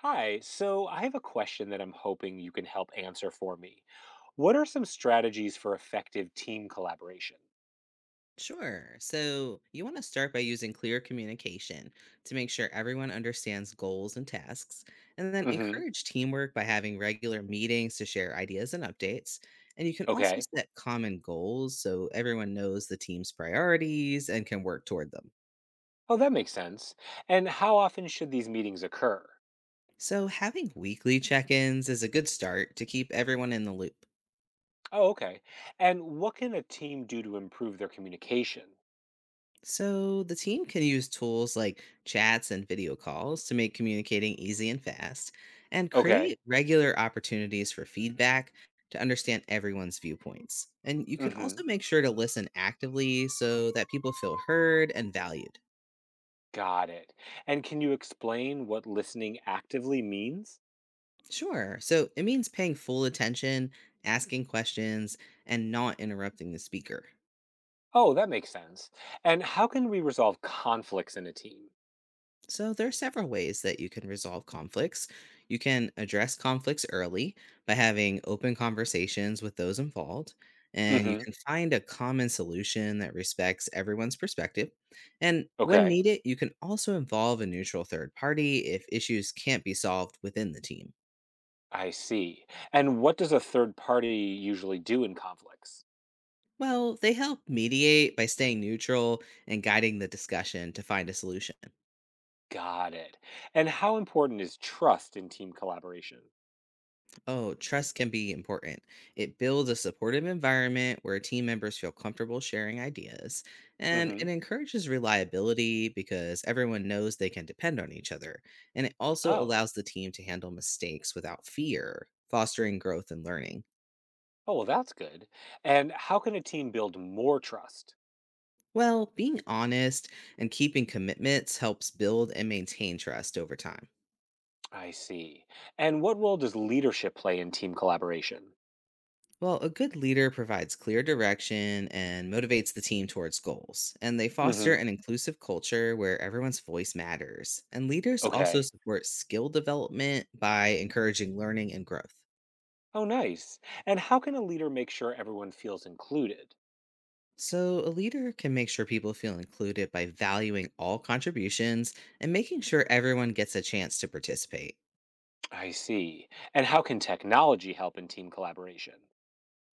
Hi, so I have a question that I'm hoping you can help answer for me. What are some strategies for effective team collaboration? Sure. So you want to start by using clear communication to make sure everyone understands goals and tasks, and then Hmm. encourage teamwork by having regular meetings to share ideas and updates. And you can also Okay. set common goals so everyone knows the team's priorities and can work toward them. Oh, that makes sense. And how often should these meetings occur? So having weekly check ins is a good start to keep everyone in the loop. Oh, okay. And what can a team do to improve their communication? So the team can use tools like chats and video calls to make communicating easy and fast and Okay. create regular opportunities for feedback to understand everyone's viewpoints. And you can also Hmm. make sure to listen actively so that people feel heard and valued. Got it. And can you explain what listening actively means? Sure. So it means paying full attention, asking questions, and not interrupting the speaker. Oh, that makes sense. And how can we resolve conflicts in a team? So, there are several ways that you can resolve conflicts. You can address conflicts early by having open conversations with those involved, and you Hmm. can find a common solution that respects everyone's perspective. And when Okay. needed, you can also involve a neutral third party if issues can't be solved within the team. I see. And what does a third party usually do in conflicts? Well, they help mediate by staying neutral and guiding the discussion to find a solution. Got it. And how important is trust in team collaboration? Oh, trust can be important. It builds a supportive environment where team members feel comfortable sharing ideas, and it Hmm. encourages reliability because everyone knows they can depend on each other. And it also Oh, allows the team to handle mistakes without fear, fostering growth and learning. oh, well, that's good. And how can a team build more trust? Well, being honest and keeping commitments helps build and maintain trust over time. I see. And what role does leadership play in team collaboration? Well, a good leader provides clear direction and motivates the team towards goals, and they foster Hmm. an inclusive culture where everyone's voice matters. And leaders also Okay. support skill development by encouraging learning and growth. Oh, nice. And how can a leader make sure everyone feels included? So, a leader can make sure people feel included by valuing all contributions and making sure everyone gets a chance to participate. I see. And how can technology help in team collaboration?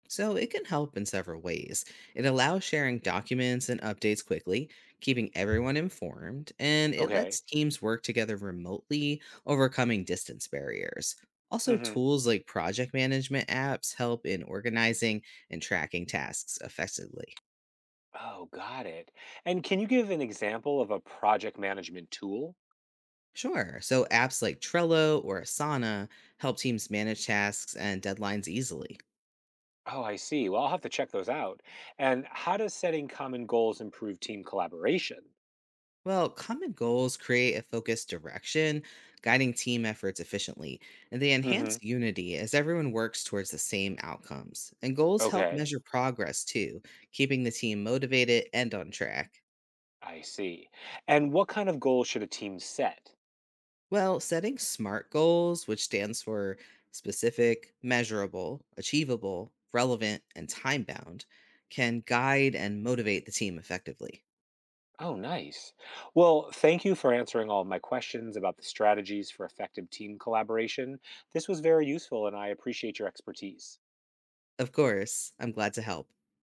So it can help in several ways. It allows sharing documents and updates quickly, keeping everyone informed, and it lets Okay. teams work together remotely, overcoming distance barriers. Also, Hmm. tools like project management apps help in organizing and tracking tasks effectively. Oh, got it. And can you give an example of a project management tool? Sure. So apps like Trello or Asana help teams manage tasks and deadlines easily. Oh, I see. Well, I'll have to check those out. And how does setting common goals improve team collaboration? Well, common goals create a focused direction, guiding team efforts efficiently, and they enhance Hmm. unity as everyone works towards the same outcomes. And goals help Okay, measure progress too, keeping the team motivated and on track. I see. And what kind of goals should a team set? Well, setting SMART goals, which stands for specific, measurable, achievable, relevant, and time bound, can guide and motivate the team effectively. Oh, nice. Well, thank you for answering all of my questions about the strategies for effective team collaboration. This was very useful, and I appreciate your expertise. Of course, I'm glad to help.